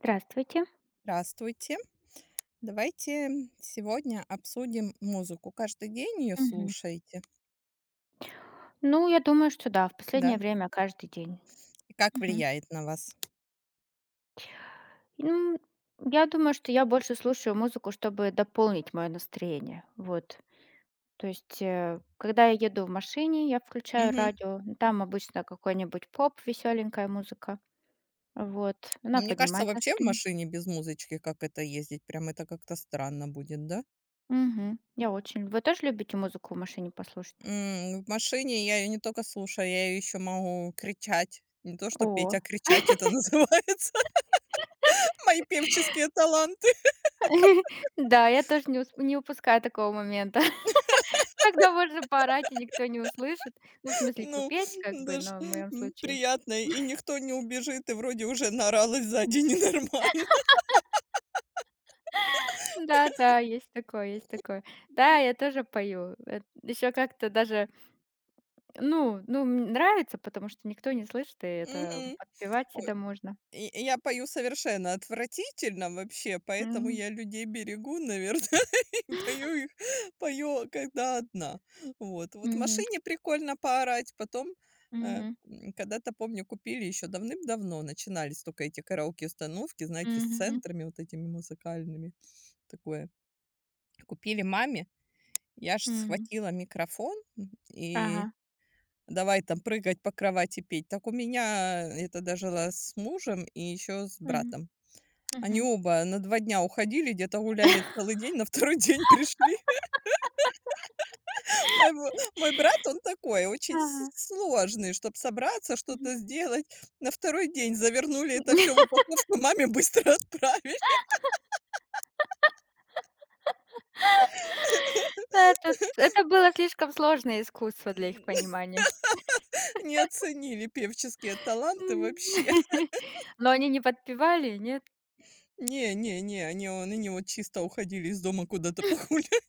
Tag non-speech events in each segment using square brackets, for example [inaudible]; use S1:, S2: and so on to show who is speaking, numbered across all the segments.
S1: Здравствуйте.
S2: Здравствуйте. Давайте сегодня обсудим музыку. Каждый день ее
S1: Мгм.
S2: слушаете,
S1: Ну, я думаю, что да, в
S2: да?
S1: последнее время каждый день.
S2: И как
S1: Мгм.
S2: влияет на вас?
S1: Ну, я думаю, что я больше слушаю музыку, чтобы дополнить мое настроение. Вот. То есть, когда я еду в машине, я включаю
S2: Мгм.
S1: радио. Ну, Там обычно какой-нибудь поп, веселенькая музыка. Вот. Она
S2: Но мне кажется,
S1: поднимает
S2: вообще в
S1: настроение.
S2: машине без музычки как это ездить, прям это как-то странно будет, да?
S1: Мгм. Я очень. Вы тоже любите музыку в машине послушать?
S2: В машине я ее не только слушаю, я ее еще могу кричать. Не то, что петь,
S1: О.
S2: а кричать это [laughs] называется. Мои певческие таланты.
S1: [laughs] Да, я тоже не упускаю такого момента. Тогда можно поорать, и никто не услышит. Ну, в смысле,
S2: Ну,
S1: попеть как бы,
S2: даже
S1: но в моем случае.
S2: приятно. И никто не убежит, и вроде уже наоралась сзади ненормально.
S1: Да-да, есть такое, есть такое. Да, я тоже пою. Еще как-то даже, нравится, потому что никто не слышит, и это
S2: [laughs]
S1: подпевать
S2: Мгм.
S1: всегда можно.
S2: И я пою совершенно отвратительно вообще, поэтому
S1: Мгм.
S2: я людей берегу, наверное, [laughs] и пою, когда одна. Вот. Вот в
S1: Мгм.
S2: машине прикольно поорать, потом,
S1: Мгм.
S2: когда-то, помню, купили еще давным-давно, начинались только эти караоке-установки, знаете, с
S1: Мгм.
S2: центрами вот этими музыкальными, такое. Купили маме, я аж
S1: Мгм.
S2: схватила микрофон, и
S1: Ага.
S2: давай там прыгать по кровати, петь. Так у меня это даже было с мужем и еще с
S1: Мгм.
S2: братом. Они
S1: Мгм.
S2: оба на 2 дня уходили, где-то гуляли целый день, на второй день пришли. [laughs] Мой б мой брат, он такой, очень с
S1: Ага.
S2: сложный, чтобы собраться,
S1: Мгм.
S2: что-то сделать. На второй день завернули это все в
S1: [laughs]
S2: упаковку, маме быстро отправили.
S1: Это было слишком сложное искусство для их
S2: [laughs]
S1: понимания.
S2: Не оценили певческие таланты
S1: М.
S2: вообще. [laughs]
S1: [laughs] Но они не подпевали, нет?
S2: Не, не, не, они вот чисто уходили из дома куда-то [laughs] погулять.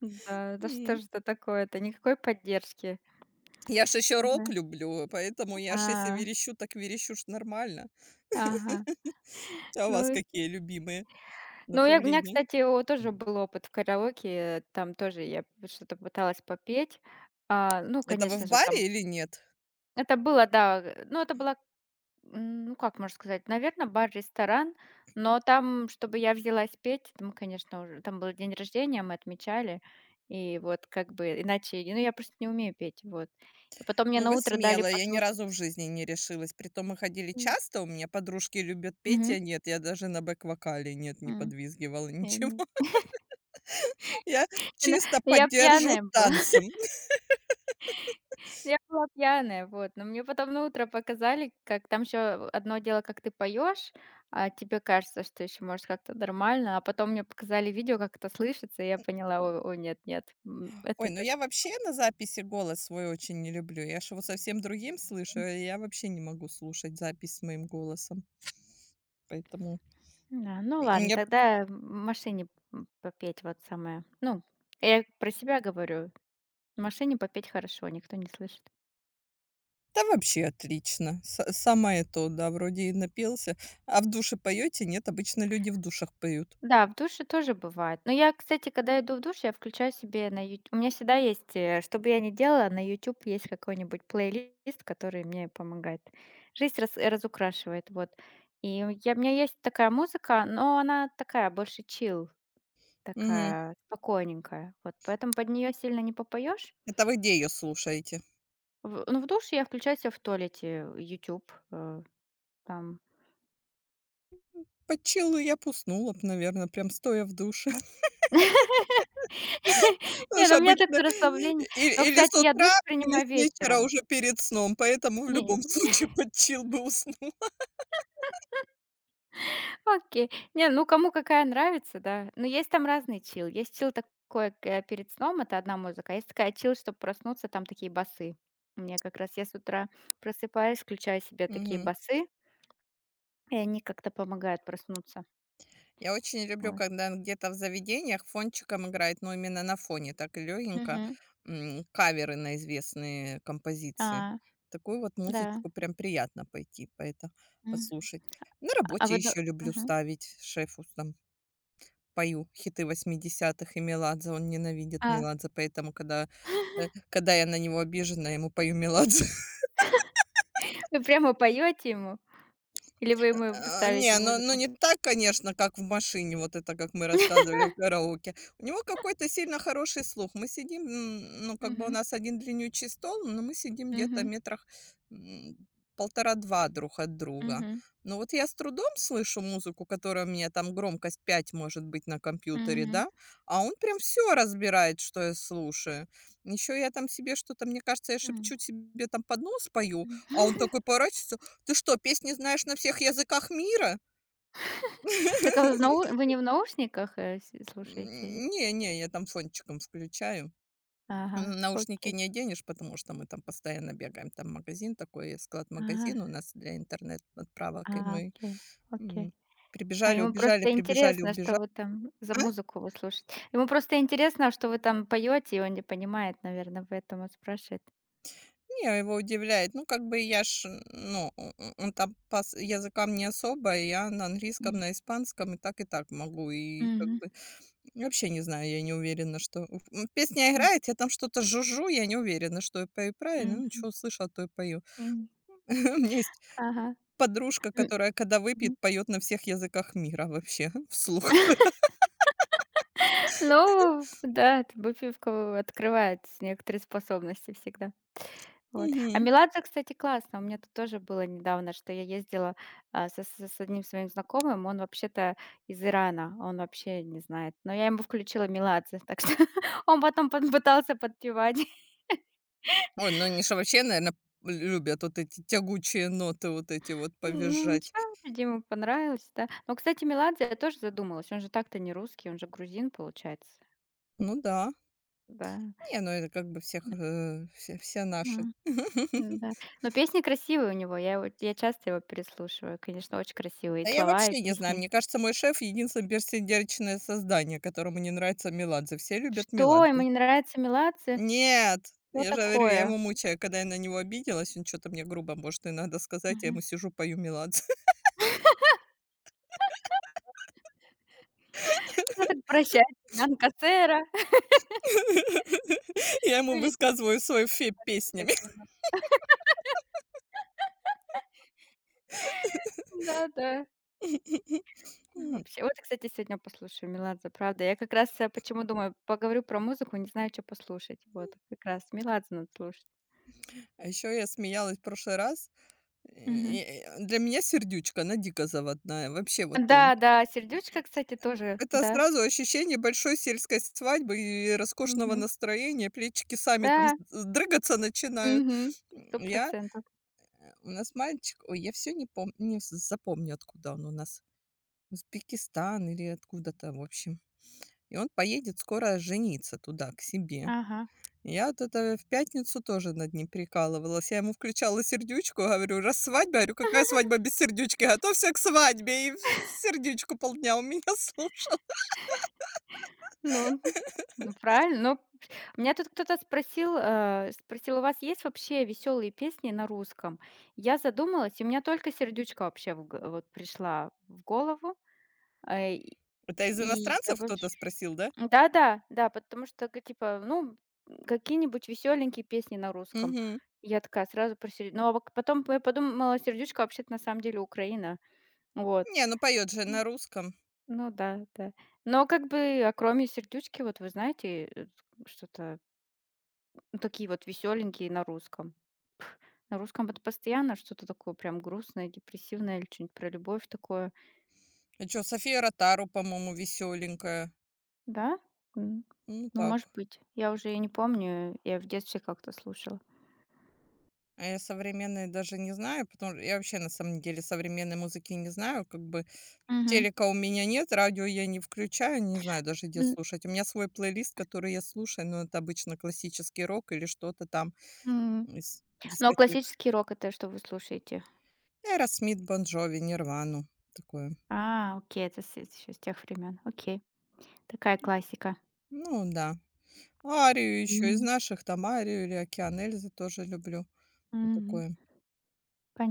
S1: Да, да что
S2: М.
S1: ж это такое-то? Никакой поддержки.
S2: Я ж еще
S1: Да.
S2: рок люблю, поэтому я ж если
S1: А,
S2: верещу, так верещу ж нормально.
S1: ага.
S2: [laughs] А у
S1: Ну
S2: вас
S1: и
S2: какие любимые
S1: ну, я У меня,
S2: направления?
S1: кстати, о тоже был опыт в караоке. Там тоже я что-то пыталась попеть. А, ну,
S2: Это вы
S1: конечно
S2: в
S1: же,
S2: баре
S1: там
S2: или нет?
S1: это было, да, э, ну, это была, ну, как можно сказать, наверное, бар-ресторан, но там, чтобы я взялась петь, там, конечно, уже там был день рождения, мы отмечали, и вот как бы иначе, ну, я просто не умею петь, вот. И потом мне
S2: Ну,
S1: на
S2: вы
S1: утро дали
S2: смелая, я ни
S1: послушать.
S2: разу в жизни не решилась. Притом мы ходили
S1: М.
S2: часто, у меня подружки любят петь,
S1: Мгм.
S2: я нет, я даже на бэк-вокале, нет, не
S1: М,
S2: подвизгивала,
S1: я
S2: ничего.
S1: не
S2: [laughs] Я чисто
S1: Ну, я
S2: поддержу
S1: пьяная была. [laughs]
S2: танцем.
S1: Я была пьяная, вот. Но мне потом на утро показали, как там еще одно дело, как ты поешь, а тебе кажется, что еще может как-то нормально, а потом мне показали видео, как это слышится, и я поняла: "О, нет, нет, это
S2: Ой, ну
S1: точно".
S2: я вообще на записи голос свой очень не люблю. Я ж его совсем другим слышу, и я вообще не могу слушать запись с моим голосом. Поэтому
S1: Да, ну ладно,
S2: мне.
S1: тогда в машине, попеть вот самое. Ну, я про себя говорю. В машине попеть хорошо, никто не слышит.
S2: Да, вообще отлично. Самое то, да, вроде и напился. А в душе поете? Нет, обычно люди в душах поют.
S1: Да, в душе тоже бывает. Но я, кстати, когда иду в душ, я включаю себе на ют У меня всегда есть, что бы я ни делала, на YouTube есть какой-нибудь плейлист, который мне помогает. Жизнь разукрашивает, вот. У меня есть такая музыка, но она такая больше чил,
S2: Мгм.
S1: такая спокойненькая. Вот поэтому под нее сильно не попоешь.
S2: Это вы где ее слушаете?
S1: В душе я включаю себе в туалете YouTube, там,
S2: "Под челу я б уснула б, наверно, прям стоя в душе".
S1: да.
S2: [laughs]
S1: [laughs]
S2: Это
S1: Не,
S2: ж
S1: ну, у меня
S2: обычно
S1: такое расслабление.
S2: и
S1: Но,
S2: или
S1: кстати,
S2: с
S1: я душ
S2: утра, или
S1: принимаю
S2: с вечера
S1: вечером.
S2: уже перед сном, поэтому в
S1: Не
S2: любом [laughs] случае под чил бы уснул.
S1: Окей. Не, ну кому какая нравится, да. Но есть там разный чил. Есть чил такой, перед сном, это одна музыка. А есть такая чил, чтобы проснуться, там такие басы. Мне как раз я с утра просыпаюсь, включаю себе такие
S2: Мгм.
S1: басы, и они как-то помогают проснуться.
S2: Я очень люблю,
S1: Вот.
S2: когда где-то в заведениях фончиком играет, но именно на фоне так легенько
S1: Мгм.
S2: каверы на известные композиции.
S1: А,
S2: Такую вот
S1: да.
S2: музычку прям приятно пойти по это
S1: Мгм.
S2: послушать. На работе еще люблю
S1: Мгм.
S2: ставить, шефу там пою хиты 80-х и Меладзе. Он ненавидит
S1: А,
S2: Меладзе, поэтому, когда я на него обижена, я ему пою Меладзе.
S1: вы прямо поете ему? Или вы ему
S2: А,
S1: ставите
S2: не, ну
S1: музыку?
S2: не так, конечно, как в машине, вот это, как мы рассказывали в караоке. У него какой-то сильно хороший слух. Мы сидим, ну, как бы у
S1: Мгм.
S2: нас один длиннючий стол, но мы сидим где-то
S1: Мгм.
S2: метрах, м, 1,5-2 друг от друга.
S1: Мгм.
S2: Но вот я с трудом слышу музыку, которая у меня там громкость 5 может быть на компьютере,
S1: Мгм.
S2: да, а он прям все разбирает, что я слушаю. Еще я там себе что-то, мне кажется, я
S1: М.
S2: шепчу себе там под нос, пою,
S1: Мгм.
S2: а он такой поворачивается: ты что, песни знаешь на всех языках мира?
S1: Так а вы,
S2: [laughs]
S1: вы не в наушниках, слушаете?
S2: Не, не, я там фончиком включаю. М,
S1: Ага,
S2: наушники
S1: окей.
S2: не оденешь, потому что мы там постоянно бегаем. Там магазин такой,
S1: А,
S2: склад-магазин у нас для интернет-отправок, и мы,
S1: окей, окей.
S2: м,
S1: А
S2: прибежали,
S1: ему
S2: убежали,
S1: просто
S2: прибежали,
S1: интересно, что
S2: убежали.
S1: вы там за
S2: А?
S1: музыку вы слушаете. Ему просто интересно, а что вы там поете, и он не понимает, наверное, поэтому спрашивает.
S2: Не, его удивляет. Ну, как бы я ж, ну, о о он там по с языкам не особо, и я на английском,
S1: М.
S2: на испанском и так могу. И как
S1: Мгм.
S2: бы вообще не знаю, я не уверена, что песня
S1: М.
S2: играет, я там что-то жужжу, я не уверена, что я пою правильно, ну,
S1: Мгм.
S2: что услышала, то и пою.
S1: М.
S2: [laughs] У меня есть
S1: Ага.
S2: подружка,
S1: М.
S2: которая, когда
S1: Мгм.
S2: выпьет, поет на всех языках мира вообще [laughs] вслух.
S1: Ну да, это Бутовка открывает некоторые способности всегда. Вот. А
S2: Мгм.
S1: Меладзе, кстати, классно. У меня тут тоже было недавно, что я ездила, со с одним своим знакомым. Он вообще-то из Ирана, он вообще не знает. Но я ему включила Меладзе, так что [laughs] он потом под пытался подпевать. [laughs]
S2: Ой, ну они же вообще, наверное, любят вот эти тягучие ноты, вот эти вот
S1: Ну
S2: повизжать.
S1: ничего, вроде ему понравилось, да. Но, кстати, Меладзе, я тоже задумалась, он же так-то не русский, он же грузин, получается.
S2: Ну да.
S1: Да.
S2: Не, ну это как бы всех, э, все все наши. [laughs]
S1: М-да. Но песни красивые у него, я часто его переслушиваю. Конечно, очень красивые и
S2: Да я
S1: слова, и
S2: вообще не знаю,
S1: песни.
S2: мне кажется, мой шеф единственное бессердечное создание, которому не нравится "Меладзе". Все любят
S1: Что, ему
S2: "Меладзе".
S1: не нравится Меладзе?
S2: Нет,
S1: Что
S2: я же говорю, я
S1: такое?
S2: его мучаю, когда я на него обиделась, он что то мне грубо может иногда сказать, я
S1: Мгм.
S2: ему сижу, пою "Меладзе".
S1: Ну, так прощай, цыганка сэра. [laughs]
S2: [laughs] Я ему высказываю свой фе
S1: Как
S2: песнями.
S1: она. Да-да.
S2: [laughs]
S1: Вообще. Вот, кстати, сегодня послушаю "Меладзе", правда. Я как раз, почему думаю, поговорю про музыку, не знаю, что послушать. Вот как раз "Меладзе" надо слушать.
S2: А еще я смеялась в прошлый раз.
S1: Мгм.
S2: Для меня сердючка, она дико заводная, вообще вот прям.
S1: Да-да, "Сердючка", кстати, тоже,
S2: Это
S1: да.
S2: сразу ощущение большой сельской свадьбы и роскошного
S1: Мгм.
S2: настроения, плечики сами там
S1: Да.
S2: с дрыгаться начинают.
S1: Мгм. сто
S2: Я
S1: процентов.
S2: у нас мальчик, ой, я все не помню, не запомню, откуда он у нас. Узбекистан или откуда-то, в общем. И он поедет скоро жениться туда, к себе.
S1: Ага.
S2: Я вот это в пятницу тоже над ним прикалывалась. Я ему включала сердючку, говорю, раз свадьба, говорю, какая
S1: [laughs]
S2: свадьба без сердючки? Готовься к свадьбе. Сердючку полдня у меня [laughs] слушал.
S1: Ну, ну, ну, правильно. Но меня тут кто-то спросил, спросил: "У вас есть вообще веселые песни на русском?" Я задумалась, и у меня только "Сердючка" вообще в г вот пришла в голову. Э,
S2: Это из
S1: и я
S2: иностранцев
S1: больше
S2: кто-то спросил, да?
S1: Да-да, да, да, потому что, ка типа, ну, какие-нибудь веселенькие песни на русском.
S2: Угу.
S1: Я такая сразу про сердю Ну, а вак потом я подумала, "Сердючка" вообще-то на самом деле Украина. Вот.
S2: Не, ну поет же
S1: М,
S2: на русском.
S1: ну да, да. Но как бы, а кроме "Сердючки", вот вы знаете, э, что-то ну, такие вот веселенькие на русском. На русском вот постоянно что-то такое прям грустное, депрессивное или что-нибудь про любовь такое.
S2: А что, София Ротару, по-моему, веселенькая.
S1: Да? М.
S2: Ну
S1: Ну,
S2: так.
S1: может быть. Я уже и не помню, я в детстве как-то слушала.
S2: А я современные даже не знаю, потому что я вообще на самом деле современной музыки не знаю, как бы.
S1: Мгм.
S2: Телека у меня нет, радио я не включаю, не знаю даже, где
S1: М,
S2: слушать. У меня свой плейлист, который я слушаю, но это обычно классический рок или что-то там
S1: м.
S2: из
S1: Ну, а
S2: дискотек.
S1: классический рок — это что вы слушаете?
S2: Aerosmith, Бон Джови, Нирвану, такое.
S1: А, окей, это с тех времен. Окей. Такая классика.
S2: Ну да. Арию еще из
S1: Мгм.
S2: наших, там Арию или Океан Эльзы тоже люблю. Вот.
S1: Мгм.
S2: Такое.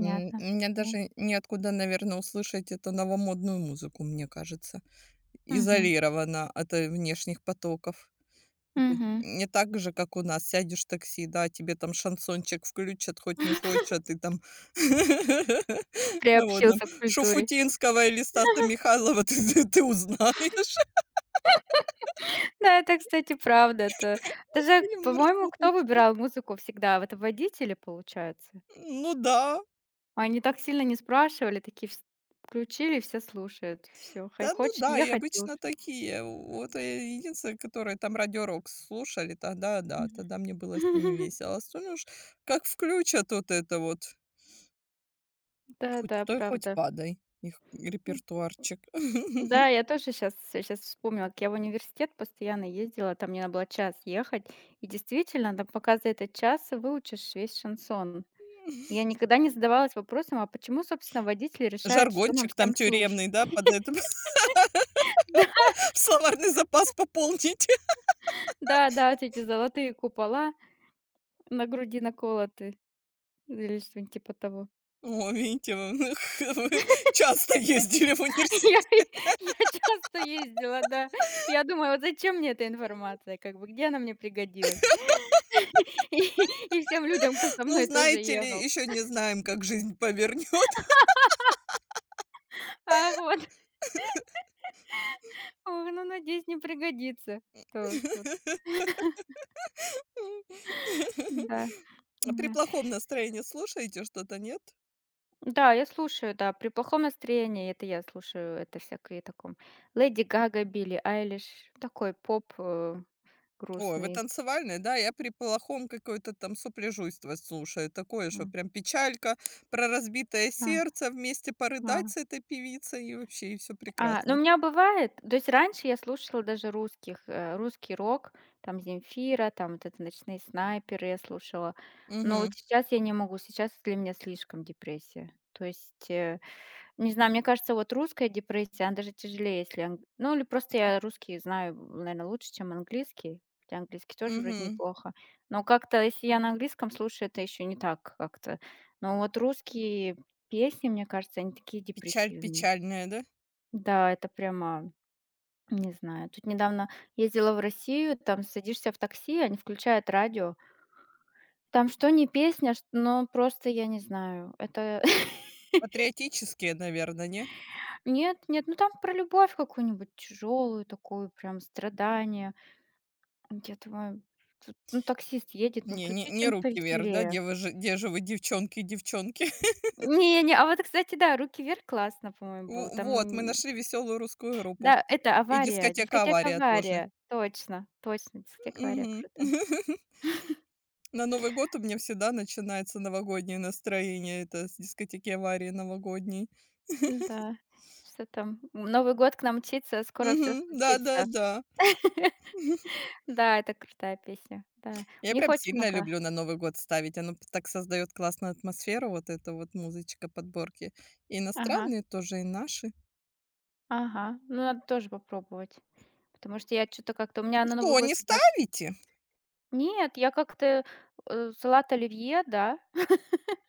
S2: Мне
S1: Да.
S2: даже неоткуда, наверное, услышать эту новомодную музыку, мне кажется.
S1: Мгм.
S2: Изолирована от внешних потоков. Это
S1: Мгм.
S2: не так же, как у нас. Сядешь в такси, да, тебе там шансончик включат, хоть не
S1: [laughs]
S2: хочешь, а ты там [laughs] а вот там
S1: Приобщился к культуре.
S2: Шуфутинского или Стаса Михайлова [laughs] ты узнаешь.
S1: Да, это, кстати, правда. Это
S2: [laughs]
S1: даже,
S2: Или
S1: по-моему, кто
S2: маршруточка.
S1: выбирал музыку всегда? Это водители, получается?
S2: Ну да.
S1: Они так сильно не спрашивали, такие вс включили, все слушают. Все хо
S2: Да, ну
S1: хочешь
S2: да, и
S1: ехать —
S2: обычно
S1: слушай.
S2: такие. Вот, единственное, которые там "Радио Рок" слушали, тогда да,
S1: Мгм.
S2: тогда мне было с ними
S1: [laughs]
S2: весело. А остальное уж как включат вот это вот: хоть
S1: Да-да,
S2: стой, хоть
S1: правда.
S2: падай, их
S1: М,
S2: репертуарчик. [laughs]
S1: да, я тоже сейчас вспомнила, как я в университет постоянно ездила, там мне надо было час ехать. И действительно, там пока за этот час выучишь весь шансон. Я никогда не задавалась вопросом, а почему, собственно, водитель решает, что нам
S2: Жаргончик там
S1: всем слушать?
S2: тюремный, да, под это
S1: [laughs]
S2: [laughs] словарный запас пополните. [laughs]
S1: Да-да, вот эти золотые купола на груди наколоты или что-нибудь типа того.
S2: О, видите, вы [laughs] вы часто ездили в
S1: [laughs] Я
S2: университет.
S1: я часто ездила, да. Я думаю, вот зачем мне эта информация, как бы, где она мне пригодилась? [laughs] И всем людям, кто со
S2: Ну,
S1: мной тоже
S2: знаете ли,
S1: ехал.
S2: еще не знаем, как жизнь повернет.
S1: Ах, вот, ох, ну, надеюсь, не пригодится. Что что
S2: [laughs]
S1: Да,
S2: А при
S1: да.
S2: плохом настроении слушаете что-то, нет?
S1: Да, я слушаю, да, при плохом настроении это я слушаю, это всякие таком Леди Гага, Билли Айлиш, такой поп,
S2: Ой, вы
S1: грустный.
S2: танцевальные, да? Я при плохом какое-то там сопляжуйство слушаю. Такое, что прям печалька, про разбитое сердце, вместе порыдать
S1: Мгм.
S2: с этой певицей, и вообще, и всё
S1: А, ну, у
S2: прекрасно.
S1: меня бывает то есть раньше я слушала даже русских, русский рок, там Земфира, там вот это "Ночные снайперы" я слушала. Но
S2: Угу,
S1: вот сейчас я не могу, сейчас для меня слишком депрессия. То есть, не знаю, мне кажется, вот русская депрессия, она даже тяжелее, если ан ну, или просто я русский знаю, наверное, лучше, чем английский, хотя английский тоже вроде
S2: угу.
S1: неплохо. Но как-то, если я на английском слушаю, это еще не так как-то. Но вот русские песни, мне кажется, они такие
S2: Печаль
S1: депрессивные.
S2: печальная, да?
S1: Да, это прямо, не знаю. Тут недавно ездила в Россию, там садишься в такси, они включают радио. Там что ни песня, но просто я не знаю. Это [laughs]
S2: Патриотические, наверное, не?
S1: нет, нет, ну там про любовь какую-нибудь тяжелую такую, прям страдание. Я думаю, тут, ну таксист едет, ну
S2: Не, не,
S1: включи
S2: не,
S1: что-нибудь
S2: "Руки вверх", да?
S1: повеселее.
S2: Где вы же где же вы, девчонки, девчонки? [laughs]
S1: Не-не, а вот, кстати, да, «Руки вверх» классно, по-моему, было.
S2: У, вот, мы
S1: Там,
S2: нашли веселую русскую группу.
S1: да, это
S2: И
S1: «Авария»,
S2: дискотека
S1: дискотека
S2: "Авария" тоже.
S1: «Авария». Точно, точно, дискотека «Авария»
S2: Мгм.
S1: круто.
S2: [laughs] На Новый год у меня всегда начинается новогоднее настроение. Это с дискотеки "Аварии" новогодней.
S1: Да что там, Новый год к нам мчится, скоро все
S2: Мгм.
S1: случится.
S2: Да-да-да.
S1: [laughs] Да, это крутая песня, да. У
S2: Я
S1: них
S2: прям
S1: очень
S2: сильно
S1: много
S2: люблю на Новый год ставить. Оно п так создает классную атмосферу, вот эта вот музычка, подборки. И
S1: Ага,
S2: иностранные тоже, и наши.
S1: ага. Ну, надо тоже попробовать, потому что я что то как-то у меня на Новый
S2: Что,
S1: год
S2: не
S1: всегда с
S2: ставите?
S1: Нет, я как-то, салат оливье, да,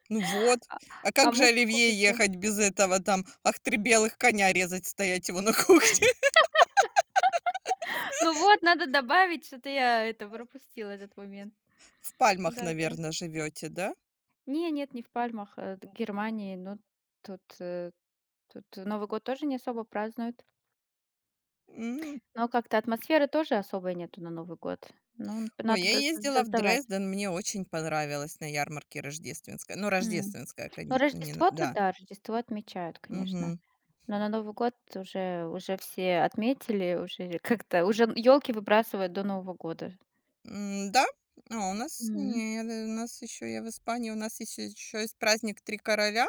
S2: Ну вот.
S1: [laughs] а
S2: А
S1: а
S2: как же
S1: музыку
S2: оливье
S1: как-то
S2: ехать без этого там? Ах, 3 белых коня резать, стоять его на кухне. [laughs]
S1: [laughs] ну вот, надо добавить, что-то я это пропустила этот момент.
S2: В Пальмах,
S1: Да-да.
S2: наверное, живете, да?
S1: Не, нет, не в Пальмах, э, т Германии, но тут, тут Новый год тоже не особо празднуют.
S2: М.
S1: Но как-то атмосферы тоже особой нету на Новый год. Ну,
S2: Ой,
S1: надо
S2: я
S1: да
S2: ездила в
S1: создавать.
S2: Дрезден, мне очень понравилось на ярмарке рождественская. Ну,
S1: М.
S2: рождественская,
S1: Ну,
S2: конечно, не на
S1: Рождество то
S2: да.
S1: да, Рождество отмечают, конечно.
S2: Мгм.
S1: Но на Новый год уже все отметили, уже как-то уже елки выбрасывают до Нового года.
S2: Да, а у нас
S1: М.
S2: нет, у нас еще я в Испании, у нас есть еще есть праздник 3 короля,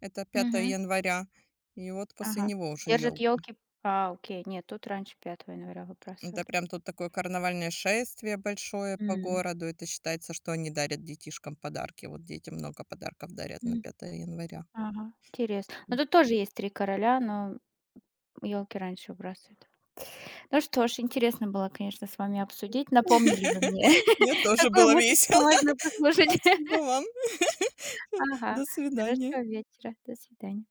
S2: это 5
S1: Мгм.
S2: января, и вот после
S1: Ага.
S2: него уже
S1: Держат
S2: ёлка.
S1: елки. А, окей. Нет, тут раньше 5 января
S2: Это
S1: выбрасывают.
S2: прям тут такое карнавальное шествие большое по
S1: М.
S2: городу. Это считается, что они дарят детишкам подарки. Вот дети много подарков дарят на
S1: М.
S2: 5 января.
S1: Ага. Интересно. Ну, тут тоже есть 3 короля, но елки раньше выбрасывают. Ну что ж, интересно было, конечно, с вами обсудить. Напомнили вы мне,
S2: [laughs] Мне
S1: [laughs]
S2: тоже
S1: какую
S2: было
S1: музычку
S2: весело.
S1: можно
S2: [laughs]
S1: послушать.
S2: Спасибо
S1: [laughs]
S2: вам. [laughs]
S1: Ага.
S2: До свидания.
S1: Хорошего вечера. До свидания.